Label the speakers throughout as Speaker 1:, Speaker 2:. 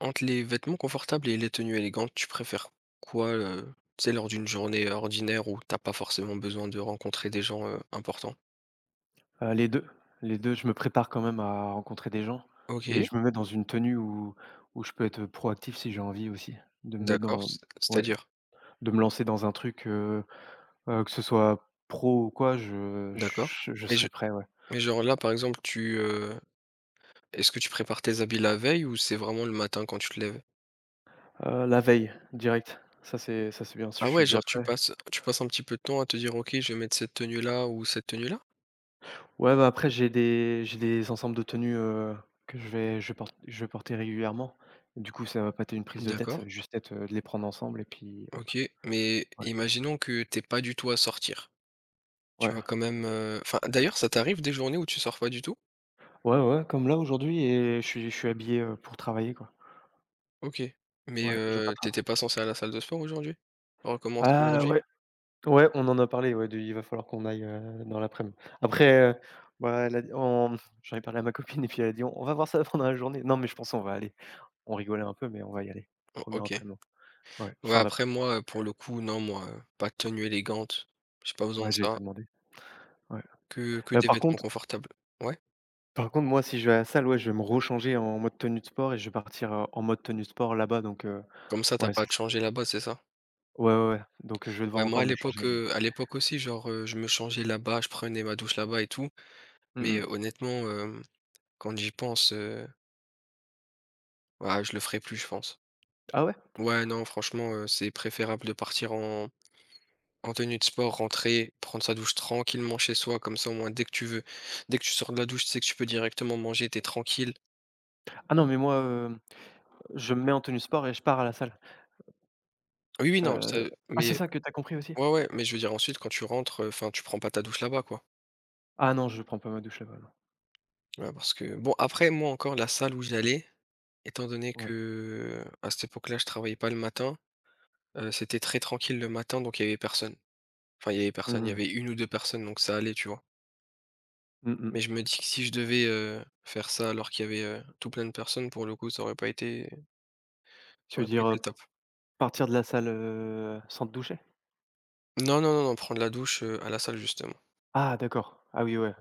Speaker 1: Entre les vêtements confortables et les tenues élégantes, tu préfères quoi, tu sais, lors d'une journée, ordinaire où t'as pas forcément besoin de rencontrer des gens, importants?
Speaker 2: Les 2, les 2. Je me prépare quand même à rencontrer des gens
Speaker 1: OK,
Speaker 2: et je me mets dans une tenue où je peux être proactif si j'ai envie aussi, de me mettre
Speaker 1: d'accord,
Speaker 2: dans
Speaker 1: c
Speaker 2: ouais,
Speaker 1: c'est-à-dire?
Speaker 2: de me lancer dans un truc, que ce soit pro ou quoi, je
Speaker 1: D'accord.
Speaker 2: je je
Speaker 1: Mais je
Speaker 2: serai prêt, ouais.
Speaker 1: mais genre là, par exemple, est-ce que tu prépares tes habits la veille ou c'est vraiment le matin quand tu te lèves?
Speaker 2: La veille, direct, ça c'est bien, je
Speaker 1: Ah
Speaker 2: suis
Speaker 1: ouais,
Speaker 2: déjà
Speaker 1: genre tu
Speaker 2: prêt.
Speaker 1: passes tu passes un petit peu de temps à te dire: «OK, je vais mettre cette tenue-là ou cette tenue-là»?
Speaker 2: Ouais, bah, après j'ai des ensembles de tenues, que je vais porter régulièrement. Du coup, ça va pas être une prise de tête,
Speaker 1: D'accord,
Speaker 2: ça va juste être, de les prendre ensemble et puis hop,
Speaker 1: OK, mais
Speaker 2: ouais,
Speaker 1: imaginons que t'es pas du tout à sortir. Tu
Speaker 2: ouais.
Speaker 1: vas quand même, enfin, d'ailleurs, ça t'arrive des journées où tu sors pas du tout?
Speaker 2: Ouais, ouais, comme là aujourd'hui et je suis habillé, pour travailler, quoi.
Speaker 1: OK, mais
Speaker 2: Ouais, je veux pas tra
Speaker 1: tu pas censé aller à la salle de sport aujourd'hui? Recommencer
Speaker 2: ah
Speaker 1: aujourd'hui?
Speaker 2: ouais, ouais, on en a parlé, ouais, de il va falloir qu'on aille, dans l'après-midi. Après, bah, elle a dit on j'en ai parlé à ma copine et puis elle a dit: «On va voir ça pendant la journée». Non, mais je pense on va aller. On rigolait un peu, mais on va y aller.
Speaker 1: O
Speaker 2: Premier
Speaker 1: OK.
Speaker 2: entraînement. Ouais,
Speaker 1: Ouais,
Speaker 2: fin d'après.
Speaker 1: après moi, pour le coup, non, moi, pas de tenue élégante, j'ai pas besoin de
Speaker 2: Ouais, j'ai
Speaker 1: ça,
Speaker 2: été demandé. Ouais.
Speaker 1: que
Speaker 2: Bah,
Speaker 1: des
Speaker 2: par
Speaker 1: vêtements
Speaker 2: contre
Speaker 1: confortables. Ouais?
Speaker 2: par contre, moi, si je vais à la salle, ouais, je vais me rechanger en mode tenue de sport et je vais partir, en mode tenue de sport là-bas, donc
Speaker 1: Comme ça, t'as
Speaker 2: ouais,
Speaker 1: pas à
Speaker 2: c'est
Speaker 1: te
Speaker 2: ça.
Speaker 1: changer là-bas, c'est ça?
Speaker 2: Ouais, ouais, ouais, donc je vais
Speaker 1: Ouais,
Speaker 2: devoir
Speaker 1: moi
Speaker 2: encore me changer, mais
Speaker 1: à l'époque aussi, genre, je me changeais là-bas, je prenais ma douche là-bas et tout,
Speaker 2: mmh
Speaker 1: mais
Speaker 2: mh.
Speaker 1: honnêtement, quand j'y pense, bah, je le ferai plus, je pense.
Speaker 2: Ah ouais?
Speaker 1: Ouais, non, franchement, c'est préférable de partir en En tenue de sport, rentrer, prendre sa douche tranquillement chez soi, comme ça, au moins, dès que tu sors de la douche, tu sais que tu peux directement manger, t'es tranquille.
Speaker 2: Ah non, mais moi, je me mets en tenue sport et je pars à la salle.
Speaker 1: Oui, oui, non, ça
Speaker 2: Heu, ah, c'est
Speaker 1: mais
Speaker 2: ça que t'as compris aussi?
Speaker 1: ouais, ouais, mais je veux dire, ensuite, quand tu rentres, enfin, tu prends pas ta douche là-bas, quoi.
Speaker 2: Ah non, je prends pas ma douche là-bas, non.
Speaker 1: Ouais, parce que bon, après, moi, encore, la salle où j'allais, étant donné
Speaker 2: Ouais.
Speaker 1: que, à cette époque-là, je travaillais pas le matin, c'était très tranquille le matin, donc il y avait personne. Enfin, il y avait personne,
Speaker 2: Mmh
Speaker 1: il y avait
Speaker 2: mh.
Speaker 1: une ou 2 personnes, donc ça allait, tu vois?
Speaker 2: Mmh.
Speaker 1: Mais je me dis que si je devais, faire ça alors qu'il y avait, tout plein de personnes, pour le coup, ça
Speaker 2: Tu veux
Speaker 1: aurait pas
Speaker 2: dire,
Speaker 1: été le top.
Speaker 2: partir de la salle, sans te doucher?
Speaker 1: Non, non, non, non, prendre la douche, à la salle justement.
Speaker 2: Ah d'accord. Ah oui, ouais.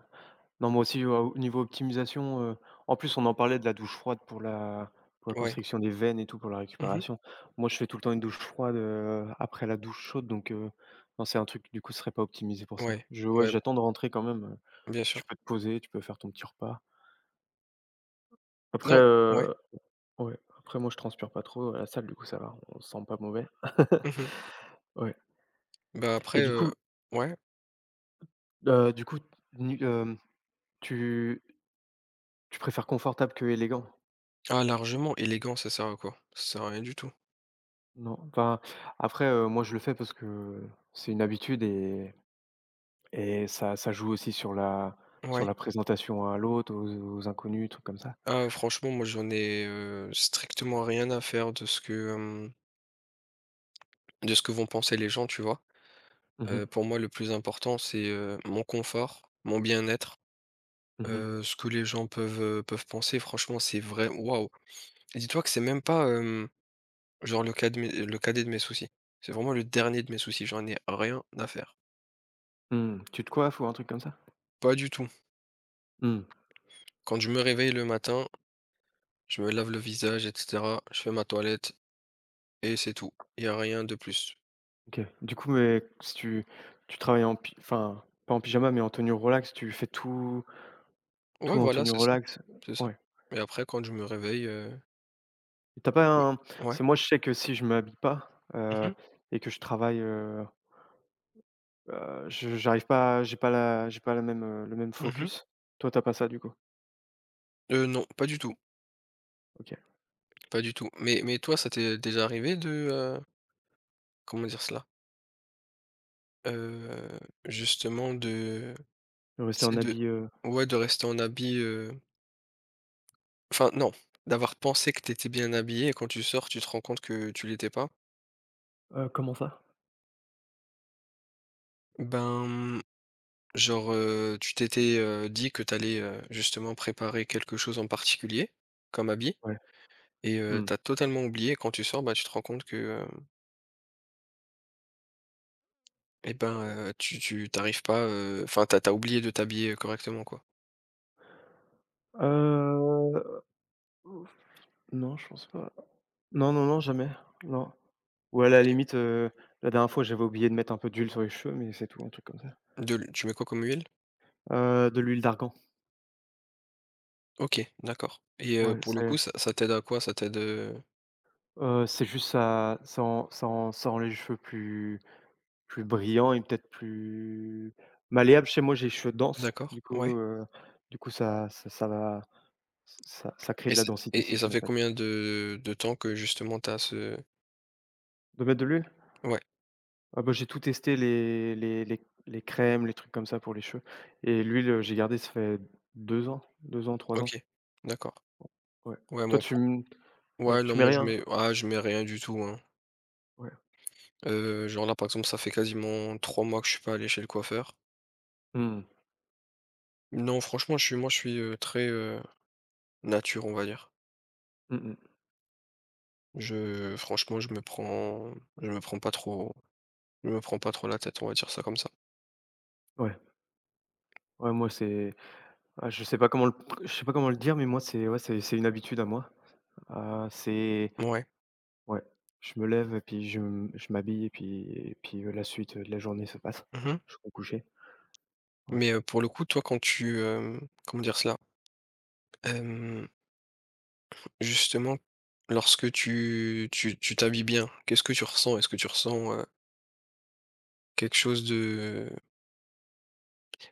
Speaker 2: Non, moi aussi, au niveau optimisation, en plus, on en parlait de la douche froide pour la
Speaker 1: Ouais.
Speaker 2: constriction des veines et tout, pour la
Speaker 1: Mmh.
Speaker 2: récupération. Moi, je fais tout le temps une douche froide, après la douche chaude, donc non, c'est un truc, du coup, ce serait pas optimisé pour ça.
Speaker 1: Ouais,
Speaker 2: Je Ouais,
Speaker 1: ouais,
Speaker 2: j'attends de rentrer quand même,
Speaker 1: bien
Speaker 2: puis
Speaker 1: sûr.
Speaker 2: tu peux te poser, tu peux faire ton petit repas. Après,
Speaker 1: Non ouais.
Speaker 2: ouais, après moi je transpire pas trop à la salle, du coup ça va, on se sent pas mauvais.
Speaker 1: Mmh.
Speaker 2: Ouais
Speaker 1: Bah,
Speaker 2: et
Speaker 1: après,
Speaker 2: du coup,
Speaker 1: ouais.
Speaker 2: heu, du coup, nu hem, tu tu préfères confortable que élégant?
Speaker 1: Ah largement, élégant ça sert à quoi? Ça sert à rien du tout.
Speaker 2: Non? Enfin, après, moi je le fais parce que c'est une habitude et ça joue aussi sur
Speaker 1: Ouais.
Speaker 2: la présentation à l'autre, aux inconnus, trucs comme ça.
Speaker 1: Ah franchement, moi j'en ai, strictement rien à faire de ce que, de ce que vont penser les gens, tu vois?
Speaker 2: Mmh mh.
Speaker 1: Pour moi, le plus important, c'est, mon confort, mon bien-être,
Speaker 2: Mmh.
Speaker 1: ce que les gens peuvent, peuvent penser. Franchement, c'est vrai waouh! Dis-toi que c'est même pas, genre le cadet de mes soucis. C'est vraiment le dernier de mes soucis, j'en ai rien à faire.
Speaker 2: Mmh, Tu te coiffes ou un truc comme ça?
Speaker 1: Pas du tout.
Speaker 2: Mmh,
Speaker 1: Quand je me réveille le matin, je me lave le visage et cetera, je fais ma toilette et c'est tout. Il y a rien de plus.
Speaker 2: OK. Du coup, mais si tu travailles en pi enfin, pas en pyjama, mais en tenue relax, tu fais tout
Speaker 1: Ouais,
Speaker 2: tout
Speaker 1: voilà,
Speaker 2: Antonio
Speaker 1: c'est ça,
Speaker 2: relax,
Speaker 1: c'est ça.
Speaker 2: ouais.
Speaker 1: Et après quand je me réveille,
Speaker 2: Et Tu as pas
Speaker 1: oui.
Speaker 2: un
Speaker 1: Ouais.
Speaker 2: C'est moi, je sais que si je m'habille pas,
Speaker 1: Mmh mh.
Speaker 2: et que je travaille, je j'arrive pas j'ai pas la même, le même
Speaker 1: Mmh
Speaker 2: focus. Toi, tu as pas ça du coup?
Speaker 1: non, pas du tout,
Speaker 2: OK.
Speaker 1: pas du tout. Mais toi, ça t'est déjà arrivé de, comment dire cela? Heu, Justement de tu
Speaker 2: Rester
Speaker 1: sais
Speaker 2: en
Speaker 1: de
Speaker 2: habit,
Speaker 1: ouais, de rester en habit, enfin non, d'avoir pensé que t'étais bien habillé et quand tu sors, tu te rends compte que tu l'étais pas.
Speaker 2: comment ça?
Speaker 1: Ben, genre, tu t'étais, dit que t'allais justement préparer quelque chose en particulier comme habit
Speaker 2: Ouais.
Speaker 1: et
Speaker 2: Mmh.
Speaker 1: tu totalement oublié. Quand tu sors, bah, tu te rends compte que, et ben, tu t'arrives pas, enfin, t'as oublié de t'habiller, correctement, quoi.
Speaker 2: Heu, non, je pense pas. Non, non, non, jamais. Non. Ou à la
Speaker 1: OK.
Speaker 2: limite, la dernière fois, j'avais oublié de mettre un peu d'huile sur les cheveux, mais c'est tout, un truc comme ça.
Speaker 1: De l'hu tu mets quoi comme huile?
Speaker 2: De l'huile d'argan.
Speaker 1: OK, d'accord et
Speaker 2: Ouais,
Speaker 1: pour le coup, ça t'aide à quoi? Ça t'aide,
Speaker 2: c'est juste ça rend les cheveux plus brillant et peut-être plus malléable. Chez moi, j'ai les cheveux denses,
Speaker 1: d'accord,
Speaker 2: du coup,
Speaker 1: ouais
Speaker 2: ça va ça crée
Speaker 1: et
Speaker 2: de la
Speaker 1: c'est
Speaker 2: densité
Speaker 1: et
Speaker 2: si je
Speaker 1: ça
Speaker 2: mets
Speaker 1: fait
Speaker 2: pas
Speaker 1: combien de temps que justement t'as ce
Speaker 2: de mettre de l'huile?
Speaker 1: ouais.
Speaker 2: Ah bah, j'ai tout testé les crèmes, les trucs comme ça pour les cheveux et l'huile, j'ai gardé, ça fait 2 ans, 3 ans.
Speaker 1: OK, d'accord.
Speaker 2: Ouais.
Speaker 1: Ouais,
Speaker 2: Toi
Speaker 1: moi
Speaker 2: tu
Speaker 1: pour
Speaker 2: m Ouais,
Speaker 1: ouais, non,
Speaker 2: tu mets
Speaker 1: moi je
Speaker 2: rien?
Speaker 1: mets ah, je mets rien du tout, hein.
Speaker 2: Ouais.
Speaker 1: Genre là, par exemple, ça fait quasiment 3 mois que je suis pas allé chez le coiffeur.
Speaker 2: Mmh.
Speaker 1: Non, franchement, je suis, très, nature, on va dire.
Speaker 2: Mmh mh.
Speaker 1: Je franchement, je me prends pas trop je me prends pas trop la tête, on va dire ça comme ça.
Speaker 2: Ouais. Ouais, moi c'est ah je sais pas comment le dire, mais moi c'est ouais, c'est une habitude à moi. C'est
Speaker 1: Ouais.
Speaker 2: Ouais, je me lève et puis je m'habille et puis, la suite, de la journée se passe.
Speaker 1: Mmh.
Speaker 2: Je vais me coucher, ouais.
Speaker 1: Mais, pour le coup, toi, quand tu, comment dire cela? Justement, lorsque tu t'habilles bien, qu'est-ce que tu ressens? Est-ce que tu ressens, quelque chose de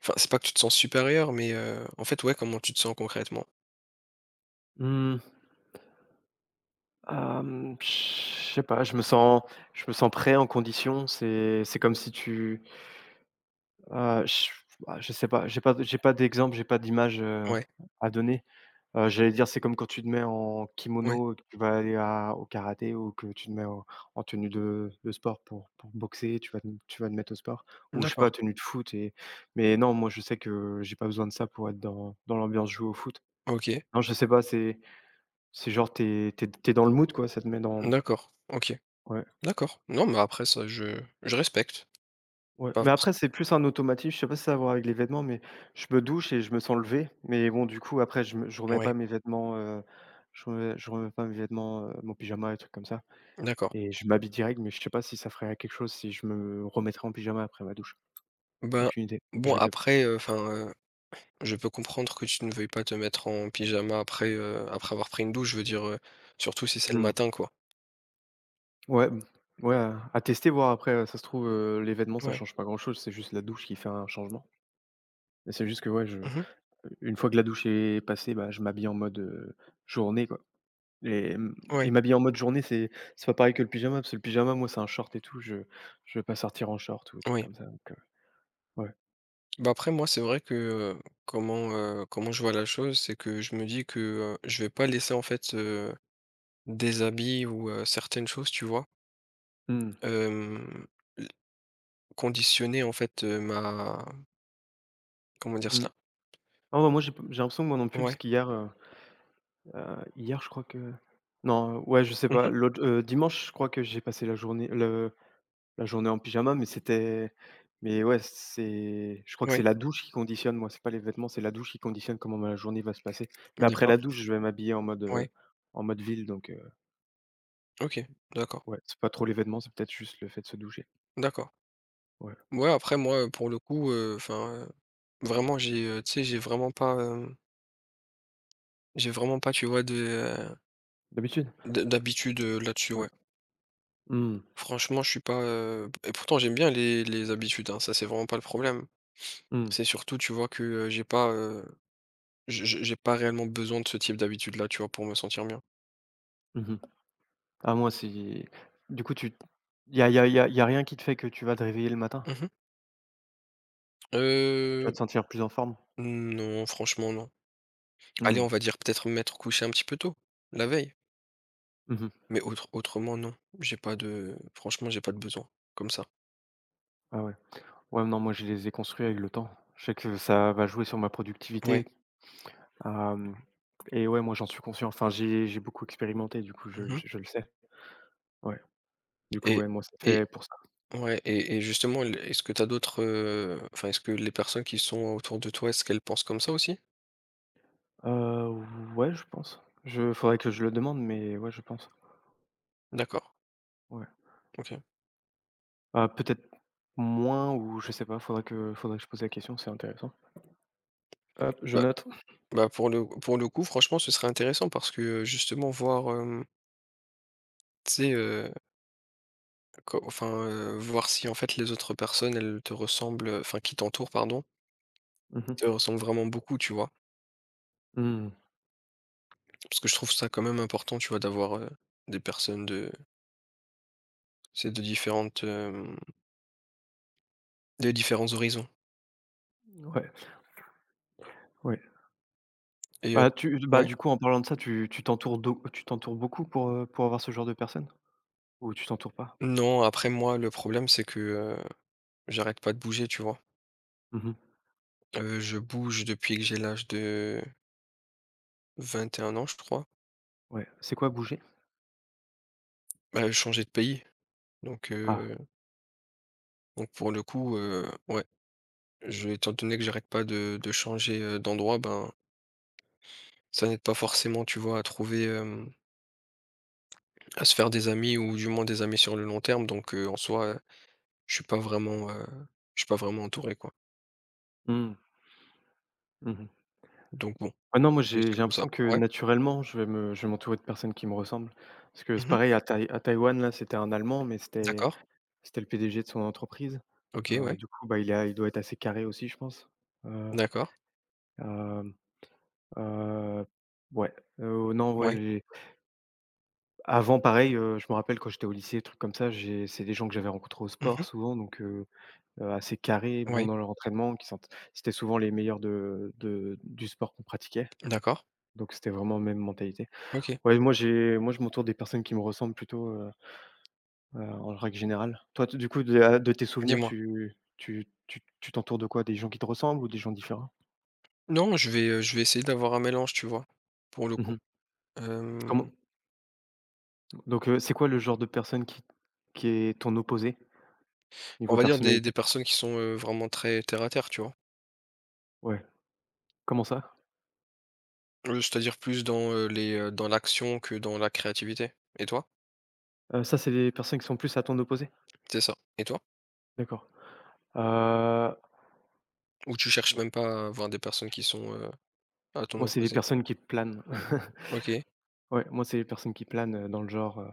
Speaker 1: enfin, c'est pas que tu te sens supérieur, mais en fait, ouais, comment tu te sens concrètement?
Speaker 2: Mmh, je sais pas, je me sens prêt, en condition. C'est comme si tu, je bah, je sais pas, j'ai pas d'exemple, j'ai pas d'image,
Speaker 1: Ouais,
Speaker 2: à donner. J'allais dire, c'est comme quand tu te mets en
Speaker 1: ouais,
Speaker 2: kimono que tu vas aller à au karaté ou que tu te mets en tenue de sport pour boxer, tu vas te mettre au sport ou je sais
Speaker 1: d'accord,
Speaker 2: pas, tenue de foot et mais non, moi, je sais que j'ai pas besoin de ça pour être dans l'ambiance jouer au foot.
Speaker 1: OK,
Speaker 2: Non, je sais pas, c'est genre t'es es tu dans le mood, quoi, ça te met dans
Speaker 1: d'accord, OK,
Speaker 2: ouais,
Speaker 1: d'accord. Non, mais après ça, je respecte,
Speaker 2: ouais,
Speaker 1: pas
Speaker 2: mais
Speaker 1: forc
Speaker 2: après, c'est plus un automatisme, je sais pas si ça a à voir avec les vêtements, mais je me douche et je me sens levé, mais bon, du coup, après, je remets
Speaker 1: ouais,
Speaker 2: pas mes vêtements, je remets pas mes vêtements, mon pyjama et trucs comme ça.
Speaker 1: d'accord.
Speaker 2: Et je m'habille direct, mais je sais pas si ça ferait quelque chose si je me remettrais en pyjama après ma douche.
Speaker 1: Ben,
Speaker 2: Aucune idée, je
Speaker 1: bon,
Speaker 2: le fais pas.
Speaker 1: après, enfin, je peux comprendre que tu ne veuilles pas te mettre en pyjama après, après avoir pris une douche, je veux dire, surtout si c'est le
Speaker 2: Mmh.
Speaker 1: matin, quoi.
Speaker 2: Ouais, mmh. Ouais, à tester, voir après, ça se trouve, les vêtements, ça
Speaker 1: Ouais.
Speaker 2: change pas grand-chose, c'est juste la douche qui fait un changement. Mais c'est juste que ouais, je
Speaker 1: Mmh.
Speaker 2: une fois que la douche est passée, bah, je m'habille en mode, journée, quoi. Et
Speaker 1: Ouais,
Speaker 2: m'habiller en mode journée, c'est pas pareil que le pyjama, parce que le pyjama, moi, c'est un short et tout, je vais pas sortir en short ou des trucs
Speaker 1: ouais.
Speaker 2: comme ça, donc ouais.
Speaker 1: Bah après, moi, c'est vrai que comment, comment je vois la chose, c'est que je me dis que je vais pas laisser en fait des habits ou certaines choses, tu vois,
Speaker 2: Mmh.
Speaker 1: euh, l- conditionner en fait ma... Comment dire
Speaker 2: Mmh.
Speaker 1: cela?
Speaker 2: Ah ouais, moi, j'ai l'impression que moi non plus, parce
Speaker 1: Ouais.
Speaker 2: qu'hier, hier, je crois que non, ouais, je sais
Speaker 1: Mhm.
Speaker 2: pas. L'autre dimanche, je crois que j'ai passé la journée en pyjama, mais c'était mais ouais, c'est je crois que
Speaker 1: Ouais.
Speaker 2: c'est la douche qui conditionne, moi, c'est pas les vêtements, c'est la douche qui conditionne comment ma journée va se passer. Mais après
Speaker 1: D'accord.
Speaker 2: la douche, je vais m'habiller
Speaker 1: Ouais.
Speaker 2: en mode ville, donc
Speaker 1: OK. D'accord.
Speaker 2: ouais, c'est pas trop les vêtements, c'est peut-être juste le fait de se doucher.
Speaker 1: D'accord.
Speaker 2: Ouais.
Speaker 1: Ouais, après, moi, pour le coup, enfin, vraiment, j'ai, tu sais, j'ai vraiment pas, tu vois, de,
Speaker 2: D'habitude?
Speaker 1: d'habitude là-dessus,
Speaker 2: Ouais.
Speaker 1: ouais.
Speaker 2: Mmh,
Speaker 1: Franchement, je suis pas, et pourtant j'aime bien les habitudes, hein, ça c'est vraiment pas le problème. C'est
Speaker 2: mmh,
Speaker 1: surtout, tu vois, que, j'ai pas, je j'ai pas réellement besoin de ce type d'habitude-là, tu vois, pour me sentir bien.
Speaker 2: mmh. Ah, moi, c'est du coup, tu y a rien qui te fait que tu vas te réveiller le matin?
Speaker 1: Mmh mh.
Speaker 2: Tu vas te sentir plus en forme?
Speaker 1: Non, franchement non. Allez, on
Speaker 2: Mmh.
Speaker 1: va dire peut-être m'être couché un petit peu tôt, la veille,
Speaker 2: Mmh.
Speaker 1: mais autrement non, j'ai pas de franchement, j'ai pas de besoin comme ça.
Speaker 2: Ah ouais. Ouais, non, moi je les ai construits avec le temps. Je sais que ça va jouer sur ma productivité.
Speaker 1: Ouais.
Speaker 2: Hem Et ouais, moi j'en suis conscient. Enfin, j'ai beaucoup expérimenté, du coup,
Speaker 1: Mmh.
Speaker 2: je le sais. Ouais. Du coup,
Speaker 1: et
Speaker 2: ouais, moi c'est
Speaker 1: et
Speaker 2: fait pour ça.
Speaker 1: ouais et justement l est-ce que t'as d'autres, enfin, est-ce que les personnes qui sont autour de toi, est-ce qu'elles pensent comme ça aussi?
Speaker 2: Heu, ouais, je pense. Je Faudrait que je le demande, mais ouais, je pense.
Speaker 1: D'accord,
Speaker 2: Ouais.
Speaker 1: OK.
Speaker 2: Ah, peut-être moins ou je sais pas, faudrait que je pose la question, c'est intéressant. Hop, je
Speaker 1: Bah
Speaker 2: note.
Speaker 1: Bah, pour le coup, franchement, ce serait intéressant parce que, justement voir, tu sais, co enfin, voir si en fait les autres personnes, elles te ressemblent, enfin qui t'entourent, pardon,
Speaker 2: Mmh
Speaker 1: te
Speaker 2: mh.
Speaker 1: ressemblent vraiment beaucoup, tu vois?
Speaker 2: Mmh.
Speaker 1: Parce que je trouve ça quand même important, tu vois, d'avoir, des personnes de c'est de différentes, de différents horizons
Speaker 2: Ouais, ouais.
Speaker 1: et
Speaker 2: Bah, tu Bah,
Speaker 1: ouais.
Speaker 2: du coup, en parlant de ça, tu tu t'entoures d'au tu t'entoures beaucoup pour avoir ce genre de personnes? Ou tu t'entoures pas?
Speaker 1: Non, après moi, le problème, c'est que, j'arrête pas de bouger, tu vois?
Speaker 2: Mmh.
Speaker 1: Je bouge depuis que j'ai l'âge de 21 ans, je crois.
Speaker 2: Ouais. C'est quoi bouger?
Speaker 1: Bah, changer de pays donc
Speaker 2: Ah.
Speaker 1: heu. Donc pour le coup, ouais, je étant donné que j'arrête pas de changer, d'endroit, ben, ça n'aide pas forcément, tu vois, à trouver, à se faire des amis ou du moins des amis sur le long terme donc en soi, je suis pas vraiment, heu, je suis pas vraiment entouré, quoi.
Speaker 2: Mmh. Mmh.
Speaker 1: Donc bon,
Speaker 2: Ah non, moi,
Speaker 1: c'est c'est
Speaker 2: j'ai
Speaker 1: comme ça.
Speaker 2: l'impression que
Speaker 1: Ouais.
Speaker 2: naturellement, je vais m'entourer de personnes qui me ressemblent. Parce que c'est
Speaker 1: Mmh.
Speaker 2: pareil à Taïwan, là, c'était un Allemand, mais
Speaker 1: D'accord.
Speaker 2: c'était le PDG de son entreprise.
Speaker 1: OK, ouais.
Speaker 2: Du coup, bah, il doit être assez carré aussi, je pense. Heu,
Speaker 1: D'accord.
Speaker 2: hem, heu, ouais, non,
Speaker 1: Ouais.
Speaker 2: ouais. Avant, pareil, je me rappelle quand j'étais au lycée, trucs comme ça, j'ai c'est des gens que j'avais rencontrés au sport
Speaker 1: Mmh.
Speaker 2: souvent, donc assez carrés, bons
Speaker 1: Ouais.
Speaker 2: dans leur entraînement, qui sent c'était souvent les meilleurs de du sport qu'on pratiquait,
Speaker 1: D'accord.
Speaker 2: donc c'était vraiment la même mentalité.
Speaker 1: OK.
Speaker 2: Ouais, moi je m'entoure des personnes qui me ressemblent plutôt, en règle générale. Toi, t du coup, de tes souvenirs,
Speaker 1: Dis-moi.
Speaker 2: tu t'entoures de quoi? Des gens qui te ressemblent ou des gens différents?
Speaker 1: Non, je vais essayer d'avoir un mélange, tu vois? Pour le coup.
Speaker 2: Mmh.
Speaker 1: Hem,
Speaker 2: Comment Donc c'est quoi le genre de personne qui est ton opposé,
Speaker 1: on
Speaker 2: niveau
Speaker 1: va dire des
Speaker 2: personnalité?
Speaker 1: des personnes qui sont, vraiment très terre à terre, tu vois?
Speaker 2: Ouais. Comment ça?
Speaker 1: C'est-à-dire plus dans, dans l'action que dans la créativité. Et toi?
Speaker 2: Ça, c'est les personnes qui sont plus à ton opposé?
Speaker 1: C'est ça. Et toi?
Speaker 2: D'accord. Heu,
Speaker 1: Ou tu cherches
Speaker 2: mo
Speaker 1: même pas à voir des personnes qui sont, à ton
Speaker 2: Moi, c'est les
Speaker 1: opposé?
Speaker 2: personnes qui planent.
Speaker 1: OK.
Speaker 2: Ouais, moi, c'est les personnes qui planent, dans le genre,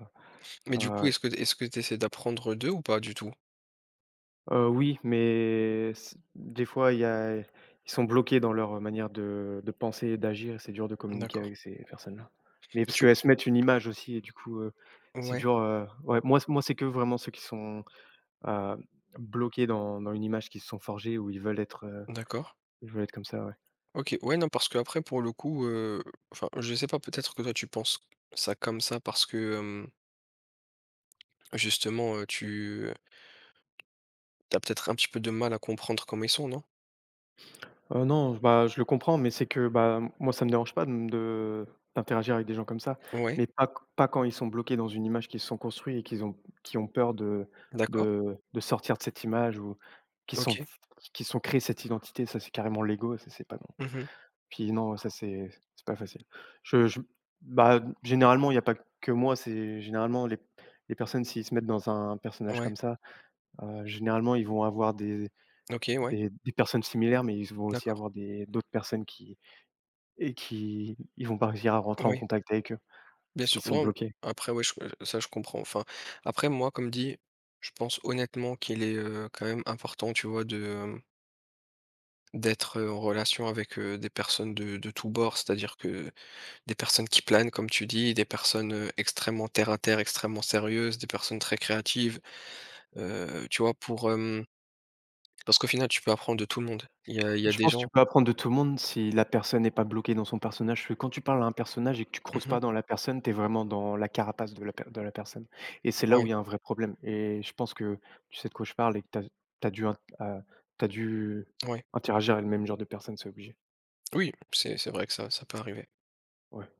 Speaker 1: Mais du coup,
Speaker 2: heu
Speaker 1: est-ce que tu essaies d'apprendre d'eux ou pas du tout?
Speaker 2: oui, mais c des fois, il y a ils sont bloqués dans leur, manière de penser et d'agir et c'est dur de communiquer
Speaker 1: D'accord.
Speaker 2: avec ces personnes-là. Mais parce
Speaker 1: Tu
Speaker 2: qu'elles se mettent une image aussi et du coup, c'est
Speaker 1: ouais,
Speaker 2: dur, ouais, moi, c'est que vraiment ceux qui sont, heu, bloqués dans une image qu'ils se sont forgés où
Speaker 1: d'accord.
Speaker 2: ils veulent être comme ça, ouais.
Speaker 1: OK. Ouais, non, parce que après pour le coup, enfin, je sais pas, peut-être que toi tu penses ça comme ça parce que, justement, tu, as peut-être un petit peu de mal à comprendre comment ils sont, non?
Speaker 2: Non, bah, je le comprends, mais c'est que, bah, moi, ça me dérange pas de m de d'interagir avec des gens comme ça,
Speaker 1: Ouais,
Speaker 2: mais pas quand ils sont bloqués dans une image qu'ils se sont construits et qu'ils ont qui ont peur
Speaker 1: d'accord.
Speaker 2: de sortir de cette image ou qui sont
Speaker 1: OK.
Speaker 2: qui sont créés cette identité. Ça, c'est carrément l'ego, ça, c'est pas bon.
Speaker 1: Mmh.
Speaker 2: Puis non, ça, c'est pas facile. Je Bah, généralement, il y a pas que moi, c'est généralement les personnes s'ils se mettent dans un personnage
Speaker 1: Ouais.
Speaker 2: comme ça, généralement, ils vont avoir
Speaker 1: OK, ouais.
Speaker 2: des personnes similaires, mais ils vont aussi
Speaker 1: D'accord.
Speaker 2: avoir des d'autres personnes qui ils vont pas réussir à rentrer en
Speaker 1: Ouais.
Speaker 2: contact avec eux,
Speaker 1: Bien
Speaker 2: parce
Speaker 1: sûr,
Speaker 2: qu'ils sont
Speaker 1: non,
Speaker 2: bloqués.
Speaker 1: après ouais, je ça je comprends. Enfin, après moi, comme dit, je pense honnêtement qu'il est, quand même important, tu vois, de, d'être, en relation avec, des personnes de tous bords. C'est-à-dire que des personnes qui planent, comme tu dis, des personnes, extrêmement terre à terre, extrêmement sérieuses, des personnes très créatives, tu vois, pour, hem parce qu'au final, tu peux apprendre de tout le monde. Il y a
Speaker 2: Je
Speaker 1: des
Speaker 2: pense que
Speaker 1: gens
Speaker 2: tu peux apprendre de tout le monde si la personne n'est pas bloquée dans son personnage, parce que quand tu parles à un personnage et que tu creuses
Speaker 1: mmh
Speaker 2: pas dans la personne, tu es vraiment dans la carapace de la personne et c'est là où
Speaker 1: ouais,
Speaker 2: il y a un vrai problème et je pense que tu sais de quoi je parle et que dû int heu, tu dû
Speaker 1: ouais.
Speaker 2: interagir avec le même genre de personne, c'est obligé.
Speaker 1: Oui, c'est vrai que ça peut arriver.
Speaker 2: Ouais.